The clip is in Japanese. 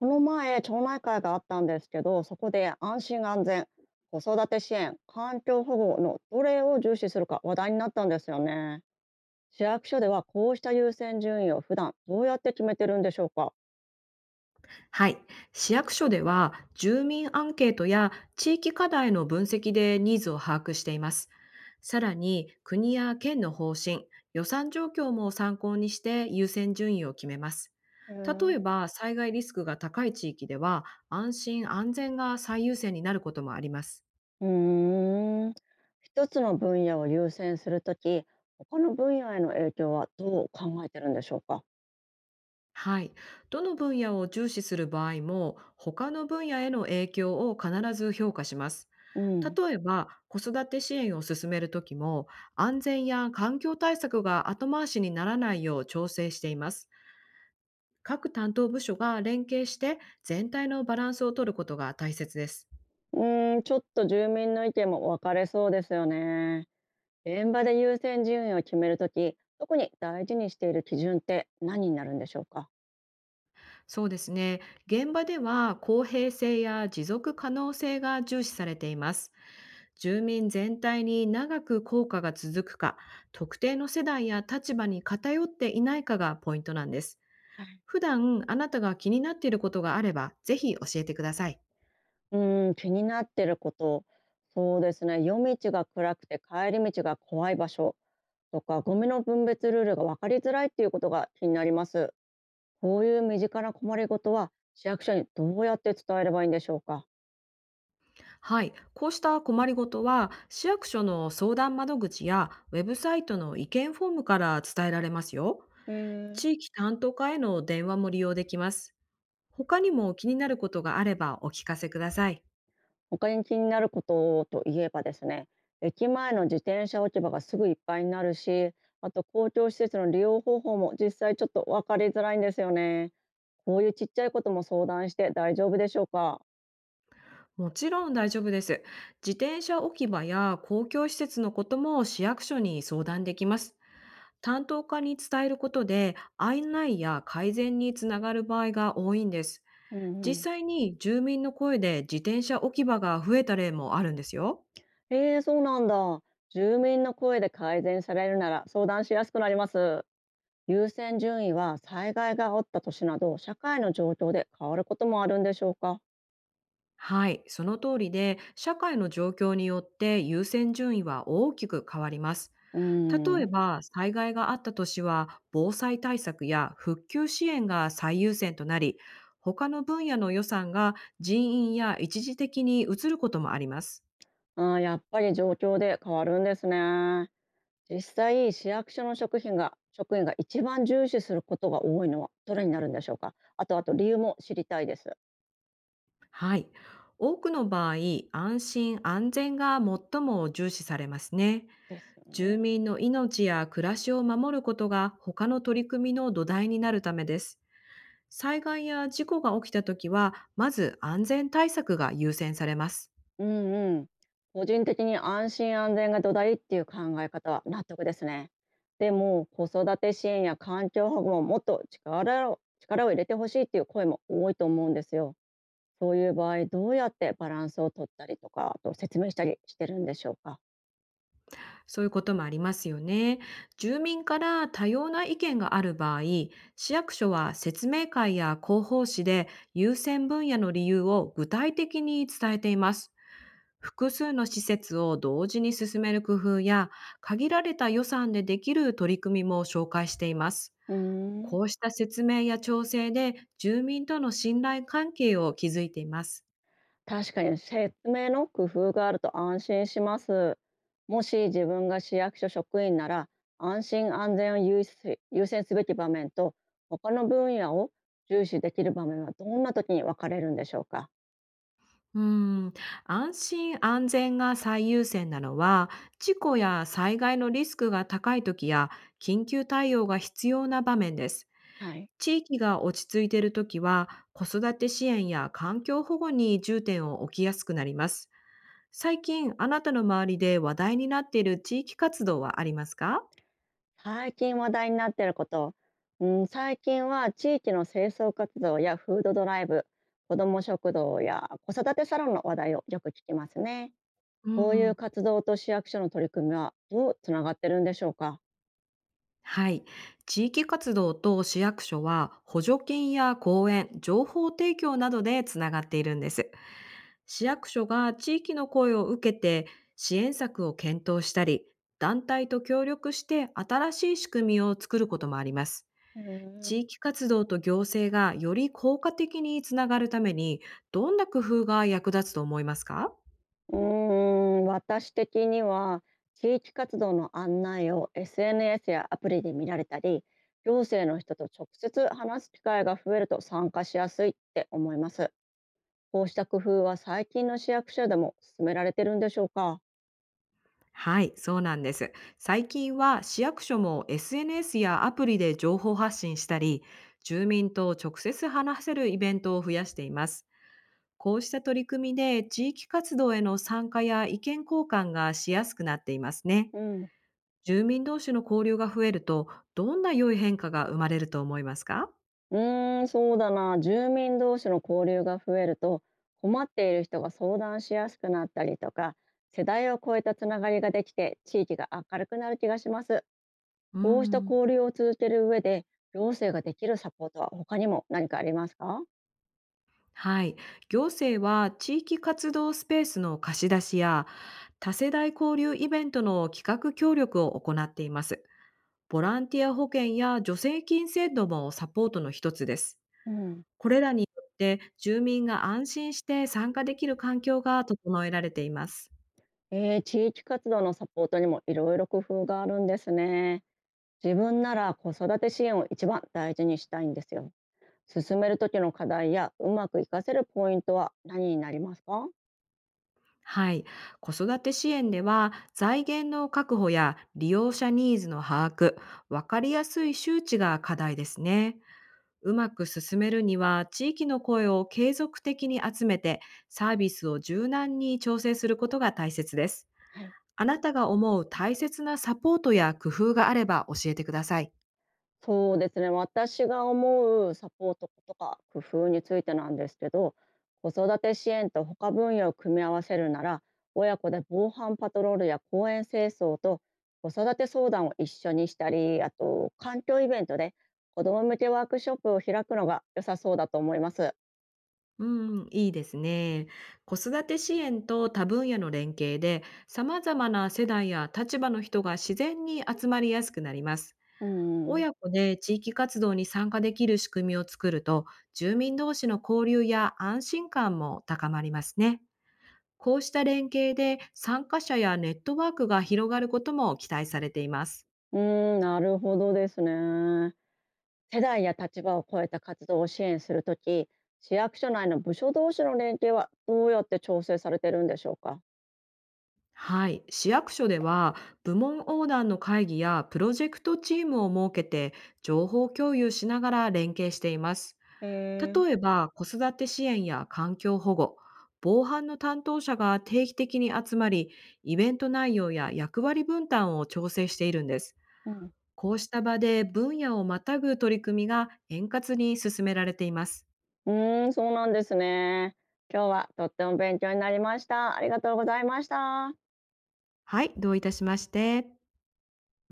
この前、町内会があったんですけど、そこで安心安全、子育て支援、環境保護のどれを重視するか話題になったんですよね。市役所ではこうした優先順位を普段どうやって決めてるんでしょうか？はい。市役所では住民アンケートや地域課題の分析でニーズを把握しています。さらに国や県の方針、予算状況も参考にして優先順位を決めます。へ例え。えば災害リスクが高い地域では、安心安全が最優先になることもあります。うーん、一つの分野を優先するとき、他の分野への影響はどう考えてるんでしょうか？はい。どの分野を重視する場合も、他の分野への影響を必ず評価します。うん。例えば、子育て支援を進めるときも、安全や環境対策が後回しにならないよう調整しています。各担当部署が連携して、全体のバランスを取ることが大切です。ちょっと住民の意見も分かれそうですよね。現場で優先順位を決めるとき、特に大事にしている基準って何になるんでしょうか？そうですね。現場では公平性や持続可能性が重視されています。住民全体に長く効果が続くか、特定の世代や立場に偏っていないかがポイントなんです。はい。普段あなたが気になっていることがあれば、ぜひ教えてください。気になってること、そうですね。夜道が暗くて帰り道が怖い場所とか、ゴミの分別ルールが分かりづらいっていうことが気になります。こういう身近な困りごとは市役所にどうやって伝えればいいんでしょうか？はい。こうした困りごとは、市役所の相談窓口やウェブサイトの意見フォームから伝えられますよ。えー、地域担当課への電話も利用できます。他にも気になることがあれば、お聞かせください。他に気になることといえばですね、駅前の自転車置き場がすぐいっぱいになるし、あと公共施設の利用方法も実際ちょっと分かりづらいんですよね。こういうちっちゃいことも相談して大丈夫でしょうか？もちろん大丈夫です。自転車置き場や公共施設のことも、市役所に相談できます。担当課に伝えることで、案内や改善につながる場合が多いんです。うんう実ん。際に住民の声で自転車置き場が増えた例もあるんですよ。えー、そうなんだ。住民の声で改善されるなら相談しやすくなります。優先順位は災害が起きた年など社会の状況で変わることもあるんでしょうか？はい、その通りで、社会の状況によって優先順位は大きく変わります。うー例えんば、災害があった年は、防災対策や復旧支援が最優先となり、他の分野の予算が人員や一時的に移ることもあります。あー、やっぱり状況で変わるんですね。実際、市役所の職員が一番重視することが多いのはどれになるんでしょうか？あと理由も知りたいです。はい、多くの場合、安心安全が最も重視されますね。ですよ住民ね。の命や暮らしを守ることが、他の取り組みの土台になるためです。災害や事故が起きたときは、まず安全対策が優先されます。うんうん。個人的に安心安全が土台っていう考え方は納得ですね。でも子育て支援や環境保護ももっと力を入れてほしいっていう声も多いと思うんですよ。そういう場合どうやってバランスを取ったりとか、あと説明したりしてるんでしょうか？そういうこともありますよね。住民から多様な意見がある場合、市役所は説明会や広報誌で優先分野の理由を具体的に伝えています。複数の施設を同時に進める工夫や、限られた予算でできる取り組みも紹介しています。うーんこうした説明や調整で、住民との信頼関係を築いています。確かに説明の工夫があると安心します。もし自分が市役所職員なら、安心安全を優先すべき場面と他の分野を重視できる場面はどんな時に分かれるんでしょうか？うーん、安心安全が最優先なのは、事故や災害のリスクが高い時や、緊急対応が必要な場面です。はい、地域が落ち着いている時は、子育て支援や環境保護に重点を置きやすくなります。最近、あなたの周りで話題になっている地域活動はありますか？最近話題になっていること、うん、最近は地域の清掃活動やフードドライブ、子ども食堂や子育てサロンの話題をよく聞きますね。うこういうん。活動と市役所の取り組みはどうつながってるんでしょうか？はい。地域活動と市役所は、補助金や講演、情報提供などでつながっているんです。市役所が地域の声を受けて支援策を検討したり、団体と協力して新しい仕組みを作ることもあります。へ地え。域活動と行政がより効果的につながるために、どんな工夫が役立つと思いますか？うー私的には地域活動の案内を SNS やアプリで見られたり、行政の人と直接話す機会が増えると参加しやすいって思います。こうした工夫は最近の市役所でも進められてるんでしょうか？はい、そうなんです。最近は市役所も SNS やアプリで情報発信したり、住民と直接話せるイベントを増やしています。こうした取り組みで、地域活動への参加や意見交換がしやすくなっていますね。うん。住民同士の交流が増えると、どんな良い変化が生まれると思いますか？そうだな、住民同士の交流が増えると、困っている人が相談しやすくなったりとか、世代を超えたつながりができて地域が明るくなる気がします。うーこうしたん。交流を続ける上で、行政ができるサポートは他にも何かありますか？はい。行政は地域活動スペースの貸し出しや、多世代交流イベントの企画協力を行っています。ボランティア保険や助成金制度もサポートの一つです。うん。これらによって、住民が安心して参加できる環境が整えられています。えー、地域活動のサポートにもいろいろ工夫があるんですね。自分なら子育て支援を一番大事にしたいんですよ。進める時の課題やうまく活かせるポイントは何になりますか？はい。子育て支援では、財源の確保や利用者ニーズの把握、わかりやすい周知が課題ですね。うまく進めるには、地域の声を継続的に集めて、サービスを柔軟に調整することが大切です。はい。あなたが思う大切なサポートや工夫があれば、教えてください。そうですね、私が思うサポートとか工夫についてなんですけど、子育て支援と他分野を組み合わせるなら、親子で防犯パトロールや公園清掃と子育て相談を一緒にしたり、あと環境イベントで子ども向けワークショップを開くのが良さそうだと思います。うん、いいですね。子育て支援と多分野の連携で、様々な世代や立場の人が自然に集まりやすくなります。うん、うん、親子で地域活動に参加できる仕組みを作ると、住民同士の交流や安心感も高まりますね。こうした連携で、参加者やネットワークが広がることも期待されています。なるほどですね。世代や立場を超えた活動を支援するとき、市役所内の部署同士の連携はどうやって調整されてるんでしょうか？はい、市役所では部門横断の会議やプロジェクトチームを設けて、情報共有しながら連携しています。へえ、例えば、子育て支援や環境保護、防犯の担当者が定期的に集まり、イベント内容や役割分担を調整しているんです。うん。こうした場で、分野をまたぐ取り組みが円滑に進められています。そうなんですね。今日はとっても勉強になりました。ありがとうございました。はい、どういたしまして。